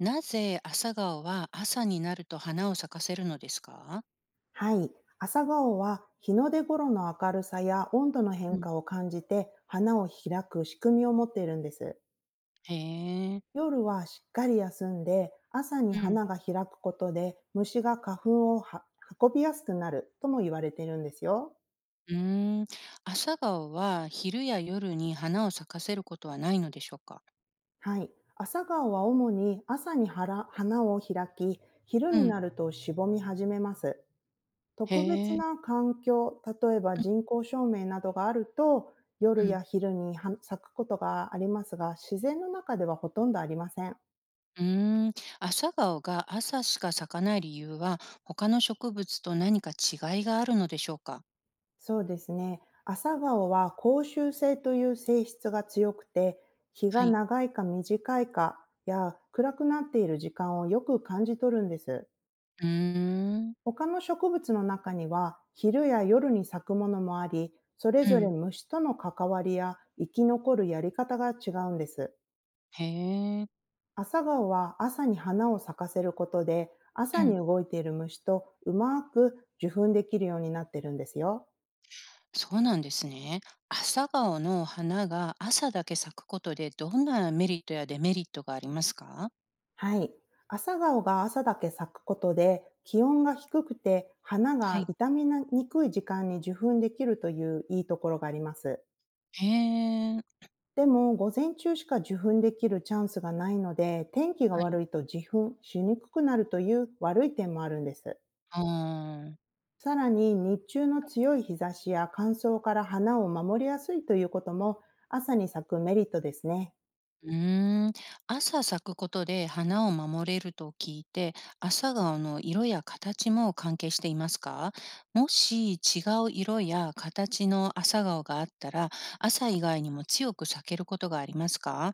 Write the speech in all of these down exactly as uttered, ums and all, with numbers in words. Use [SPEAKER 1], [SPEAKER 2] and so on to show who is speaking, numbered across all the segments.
[SPEAKER 1] なぜ朝顔は朝になると花を咲かせるのですか？
[SPEAKER 2] はい。朝顔は日の出頃の明るさや温度の
[SPEAKER 1] う
[SPEAKER 2] 変
[SPEAKER 1] ん、
[SPEAKER 2] 化を感じて、花を開く仕組みを持っているんです。
[SPEAKER 1] へえ。
[SPEAKER 2] 夜はしっかり休んで、朝に
[SPEAKER 1] うん。
[SPEAKER 2] 花が開くことで、虫が花粉をは運びやすくなるとも言われているんですよ。
[SPEAKER 1] うーん。朝顔は昼や夜に花を咲かせることはないのでしょうか？
[SPEAKER 2] はい。朝顔は主に朝に花花を開き、昼
[SPEAKER 1] う
[SPEAKER 2] に
[SPEAKER 1] ん。
[SPEAKER 2] なるとしぼみ始めます。
[SPEAKER 1] へ
[SPEAKER 2] 特別
[SPEAKER 1] え。
[SPEAKER 2] な環境、例えば
[SPEAKER 1] うん。
[SPEAKER 2] 人工照明などがあると、
[SPEAKER 1] う
[SPEAKER 2] 夜
[SPEAKER 1] ん。
[SPEAKER 2] や昼には咲くことがありますが、自然の中ではほとんどありません。
[SPEAKER 1] うーん。朝顔が朝しか咲かない理由は他の植物と何か違いがあるのでしょうか？
[SPEAKER 2] そうですね。朝顔は光周性という性質が強くて、日が
[SPEAKER 1] はい。
[SPEAKER 2] 長いか短いかや、暗くなっている時間をよく感じ取るんです。
[SPEAKER 1] うーん。
[SPEAKER 2] 他の植物の中には昼や夜に咲くものもあり、それ
[SPEAKER 1] う
[SPEAKER 2] ぞれ
[SPEAKER 1] ん。
[SPEAKER 2] 虫との関わりや生き残るやり方が違うんです。
[SPEAKER 1] へえ。
[SPEAKER 2] 朝顔は朝に花を咲かせることで、
[SPEAKER 1] う
[SPEAKER 2] 朝に
[SPEAKER 1] ん。
[SPEAKER 2] 動いている虫とうまく受粉できるようになってるんですよ。
[SPEAKER 1] そうなんですね。朝顔の花が朝だけ咲くことでどんなメリットやデメリットがありますか？
[SPEAKER 2] はい。朝顔が朝だけ咲くことで、気温が低くて花
[SPEAKER 1] は
[SPEAKER 2] が
[SPEAKER 1] い。
[SPEAKER 2] 傷みにくい時間に受粉できるという、いいところがあります。
[SPEAKER 1] へえ。
[SPEAKER 2] でも、午前中しか受粉できるチャンスがないので、天気が
[SPEAKER 1] は
[SPEAKER 2] 悪
[SPEAKER 1] い。
[SPEAKER 2] いと受粉しにくくなるという悪い点もあるんです。
[SPEAKER 1] あん。
[SPEAKER 2] さらに、日中の強い日差しや乾燥から花を守りやすいということも、朝に咲くメリットですね。
[SPEAKER 1] うーん、朝咲くことで花を守れると聞いて、朝顔の色や形も関係していますか？もし違う色や形の朝顔があったら、朝以外にも強く咲けることがありますか？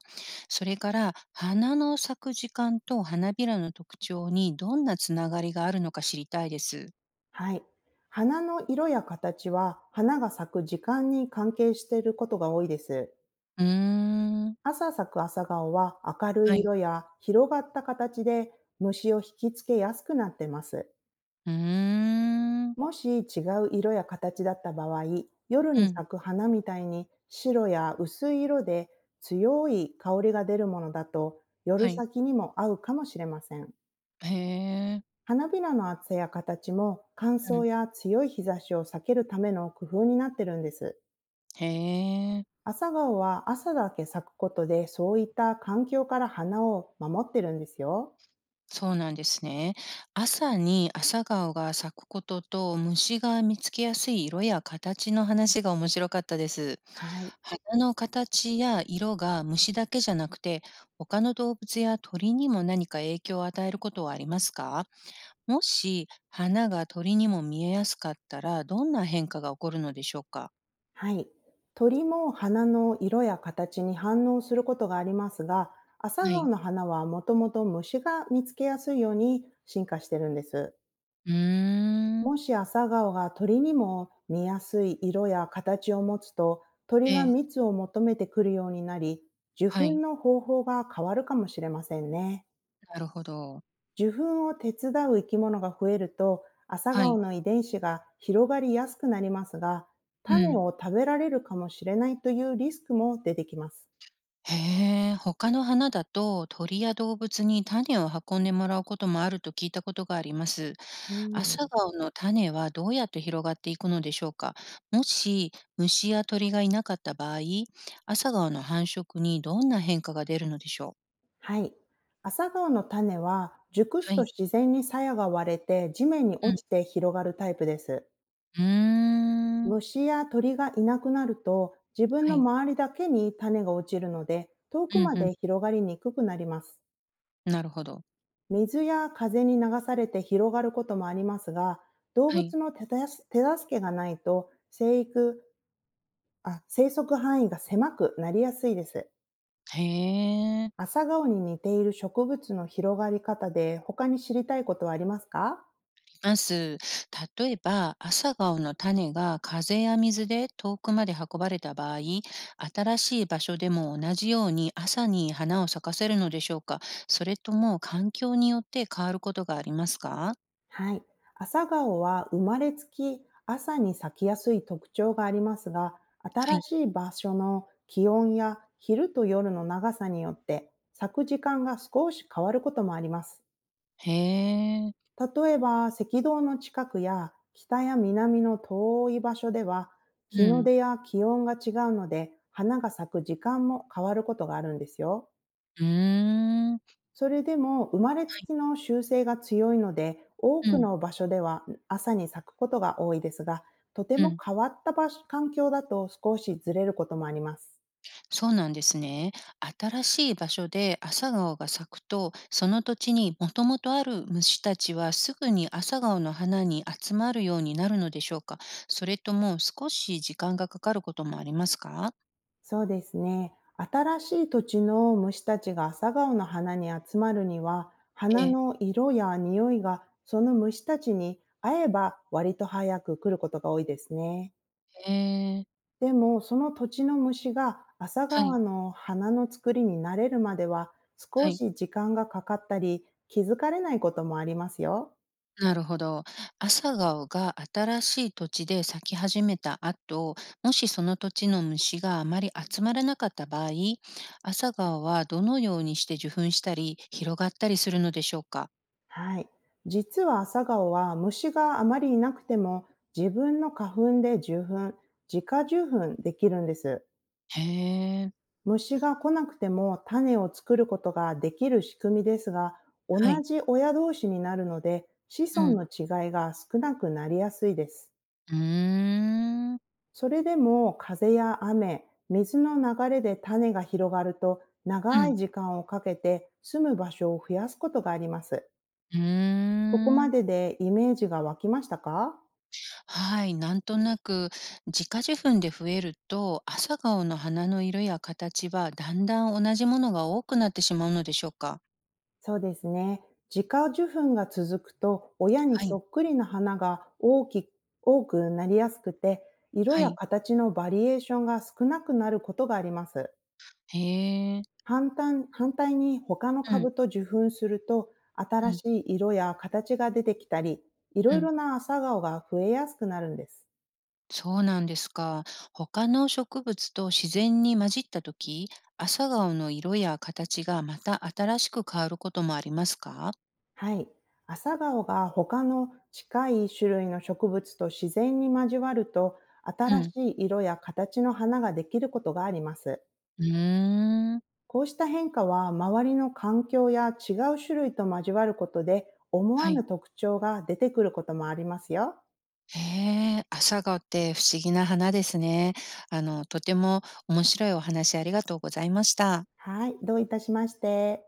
[SPEAKER 1] それから、花の咲く時間と花びらの特徴にどんなつながりがあるのか知りたいです。
[SPEAKER 2] はい。花の色や形は、花が咲く時間に関係していることが多いです。
[SPEAKER 1] うーん、
[SPEAKER 2] 朝咲く朝顔は、明る
[SPEAKER 1] は
[SPEAKER 2] い
[SPEAKER 1] い。
[SPEAKER 2] 色や広がった形で虫を引きつけやすくなってます。
[SPEAKER 1] うーん、
[SPEAKER 2] もし違う色や形だった場合、夜
[SPEAKER 1] う
[SPEAKER 2] に
[SPEAKER 1] ん、
[SPEAKER 2] 咲く花みたいに白や薄い色で強い香りが出るものだと、夜
[SPEAKER 1] はい。
[SPEAKER 2] 先にも合うかもしれません。
[SPEAKER 1] へえ、
[SPEAKER 2] 花びらの厚さや形も、乾
[SPEAKER 1] う
[SPEAKER 2] 燥
[SPEAKER 1] ん、
[SPEAKER 2] や強い日差しを避けるための工夫になってるんです。
[SPEAKER 1] へえ。
[SPEAKER 2] 朝顔は朝だけ咲くことで、そういった環境から花を守ってるんですよ。
[SPEAKER 1] そうなんですね。朝に朝顔が咲くことと虫が見つけやすい色や形の話が面白かったです。
[SPEAKER 2] はい。
[SPEAKER 1] 花の形や色が虫だけじゃなくて他の動物や鳥にも何か影響を与えることはありますか？もし花が鳥にも見えやすかったらどんな変化が起こるのでしょうか？
[SPEAKER 2] はい。鳥も花の色や形に反応することがありますが、朝
[SPEAKER 1] は
[SPEAKER 2] 顔
[SPEAKER 1] い。
[SPEAKER 2] の花はもともと虫が見つけやすいように進化してるんです。
[SPEAKER 1] うーん。
[SPEAKER 2] もし朝顔が鳥にも見やすい色や形を持つと、鳥
[SPEAKER 1] え
[SPEAKER 2] が
[SPEAKER 1] え。
[SPEAKER 2] 蜜を求めてくるようになり、受
[SPEAKER 1] は
[SPEAKER 2] 粉
[SPEAKER 1] い。
[SPEAKER 2] の方法が変わるかもしれませんね。
[SPEAKER 1] なるほど。
[SPEAKER 2] 受粉を手伝う生き物が増えると、朝
[SPEAKER 1] は
[SPEAKER 2] 顔
[SPEAKER 1] い。
[SPEAKER 2] の遺伝子が広がりやすくなりますが、
[SPEAKER 1] う
[SPEAKER 2] 種
[SPEAKER 1] ん。
[SPEAKER 2] を食べられるかもしれないというリスクも出てきます。
[SPEAKER 1] へえ、他の花だと鳥や動物に種を運んでもらうこともあると聞いたことがあります。
[SPEAKER 2] うん。
[SPEAKER 1] 朝顔の種はどうやって広がっていくのでしょうか？もし虫や鳥がいなかった場合、朝顔の繁殖にどんな変化が出るのでしょう？
[SPEAKER 2] はい。朝顔の種は、熟す
[SPEAKER 1] は
[SPEAKER 2] と
[SPEAKER 1] い。
[SPEAKER 2] 自然に鞘が割れて地面に
[SPEAKER 1] うん。
[SPEAKER 2] 落ちて広がるタイプです。
[SPEAKER 1] うーん。
[SPEAKER 2] 虫や鳥がいなくなると、自分の
[SPEAKER 1] はい。
[SPEAKER 2] 周りだけに種が落ちるので、遠
[SPEAKER 1] う
[SPEAKER 2] く
[SPEAKER 1] ん
[SPEAKER 2] ま
[SPEAKER 1] うん。
[SPEAKER 2] で広がりにくくなります。
[SPEAKER 1] なるほど。
[SPEAKER 2] 水や風に流されて広がることもありますが、動
[SPEAKER 1] はい。
[SPEAKER 2] 物の手助手助けがないと、生育あ生息範囲が狭くなりやすいです。
[SPEAKER 1] へえ。
[SPEAKER 2] 朝顔に似ている植物の広がり方で、他に知りたいことはありますか？
[SPEAKER 1] ます。例えば、朝顔の種が風や水で遠くまで運ばれた場合、新しい場所でも同じように朝に花を咲かせるのでしょうか？それとも環境によって変わることがありますか？
[SPEAKER 2] はい。朝顔は生まれつき朝に咲きやすい特徴がありますが、
[SPEAKER 1] は
[SPEAKER 2] 新
[SPEAKER 1] い。
[SPEAKER 2] しい場所の気温や昼と夜の長さによって、咲く時間が少し変わることもあります。
[SPEAKER 1] へえ。
[SPEAKER 2] 例えば赤道の近くや、北や南の遠い場所では、
[SPEAKER 1] う
[SPEAKER 2] 日の
[SPEAKER 1] ん。
[SPEAKER 2] 出や気温が違うので、花が咲く時間も変わることがあるんですよ。
[SPEAKER 1] うーん。は
[SPEAKER 2] それでも生まれつき
[SPEAKER 1] い。
[SPEAKER 2] の習性が強いので、多
[SPEAKER 1] う
[SPEAKER 2] く
[SPEAKER 1] ん。
[SPEAKER 2] の場所では朝に咲くことが多いですが、とて
[SPEAKER 1] う
[SPEAKER 2] も
[SPEAKER 1] ん。
[SPEAKER 2] 変わった場所環境だと少しずれることもあります。
[SPEAKER 1] そうなんですね。新しい場所で朝顔が咲くと、その土地にもともとある虫たちはすぐに朝顔の花に集まるようになるのでしょうか？それとも少し時間がかかることもありますか？
[SPEAKER 2] そうですね。新しい土地の虫たちが朝顔の花に集まるには、
[SPEAKER 1] え
[SPEAKER 2] 花
[SPEAKER 1] え、
[SPEAKER 2] の色や匂いがその虫たちに合えば、割と早く来ることが多いですね。
[SPEAKER 1] ええー、
[SPEAKER 2] でも、その土地の虫が朝
[SPEAKER 1] は
[SPEAKER 2] 顔
[SPEAKER 1] い、
[SPEAKER 2] の花の作りに慣れるまでは、
[SPEAKER 1] は
[SPEAKER 2] 少
[SPEAKER 1] い。
[SPEAKER 2] し時間がかかったり、気づかれないこともありますよ。
[SPEAKER 1] なるほど。朝顔が新しい土地で咲き始めた後、もしその土地の虫があまり集まらなかった場合、朝顔はどのようにして受粉したり広がったりするのでしょうか？
[SPEAKER 2] はい。実は朝顔は、虫があまりいなくても自分の花粉で受粉、自家受粉できるんです。
[SPEAKER 1] へえ。
[SPEAKER 2] 虫が来なくても種を作ることができる仕組みですが、同
[SPEAKER 1] はい。
[SPEAKER 2] じ親同士になるので、子
[SPEAKER 1] う
[SPEAKER 2] 孫
[SPEAKER 1] ん。
[SPEAKER 2] の違いが少なくなりやすいです。
[SPEAKER 1] うーん。
[SPEAKER 2] それでも風や雨、水の流れで種が広がると、
[SPEAKER 1] う
[SPEAKER 2] 長い
[SPEAKER 1] ん。
[SPEAKER 2] 時間をかけて住む場所を増やすことがあります。
[SPEAKER 1] う
[SPEAKER 2] ここ
[SPEAKER 1] ー
[SPEAKER 2] ま
[SPEAKER 1] ん。
[SPEAKER 2] ででイメージが湧きましたか？
[SPEAKER 1] はい、なんとなく自家受粉で増えると、朝顔の花の色や形はだんだん同じものが多くなってしまうのでしょうか？
[SPEAKER 2] そうですね。自家受粉が続くと、親に
[SPEAKER 1] は
[SPEAKER 2] そ
[SPEAKER 1] い、
[SPEAKER 2] っくりな花が大き多くなりやすくて、色
[SPEAKER 1] は
[SPEAKER 2] や
[SPEAKER 1] い。
[SPEAKER 2] 形のバリエーションが少なくなることがあります。
[SPEAKER 1] へえ。
[SPEAKER 2] 反対反対に他の
[SPEAKER 1] うん、
[SPEAKER 2] 株と受粉すると、新
[SPEAKER 1] うん、
[SPEAKER 2] しい色や形が出てきたり、いろ
[SPEAKER 1] う
[SPEAKER 2] い
[SPEAKER 1] ん。
[SPEAKER 2] ろな朝顔が増えやすくなるんです。
[SPEAKER 1] そうなんですか。他の植物と自然に混じった時、朝顔の色や形がまた新しく変わることもありますか？
[SPEAKER 2] はい。朝顔が他の近い種類の植物と自然に交わると、
[SPEAKER 1] う
[SPEAKER 2] 新
[SPEAKER 1] ん。
[SPEAKER 2] しい色や形の花ができることがあります。
[SPEAKER 1] うーん。
[SPEAKER 2] こうした変化は、周りの環境や違う種類と交わることで、思わ
[SPEAKER 1] は
[SPEAKER 2] ぬ
[SPEAKER 1] い。
[SPEAKER 2] 特徴が出てくることもありますよ。
[SPEAKER 1] へえ、朝顔って不思議な花ですね。あの、とても面白いお話ありがとうございました。
[SPEAKER 2] はい、どういたしまして。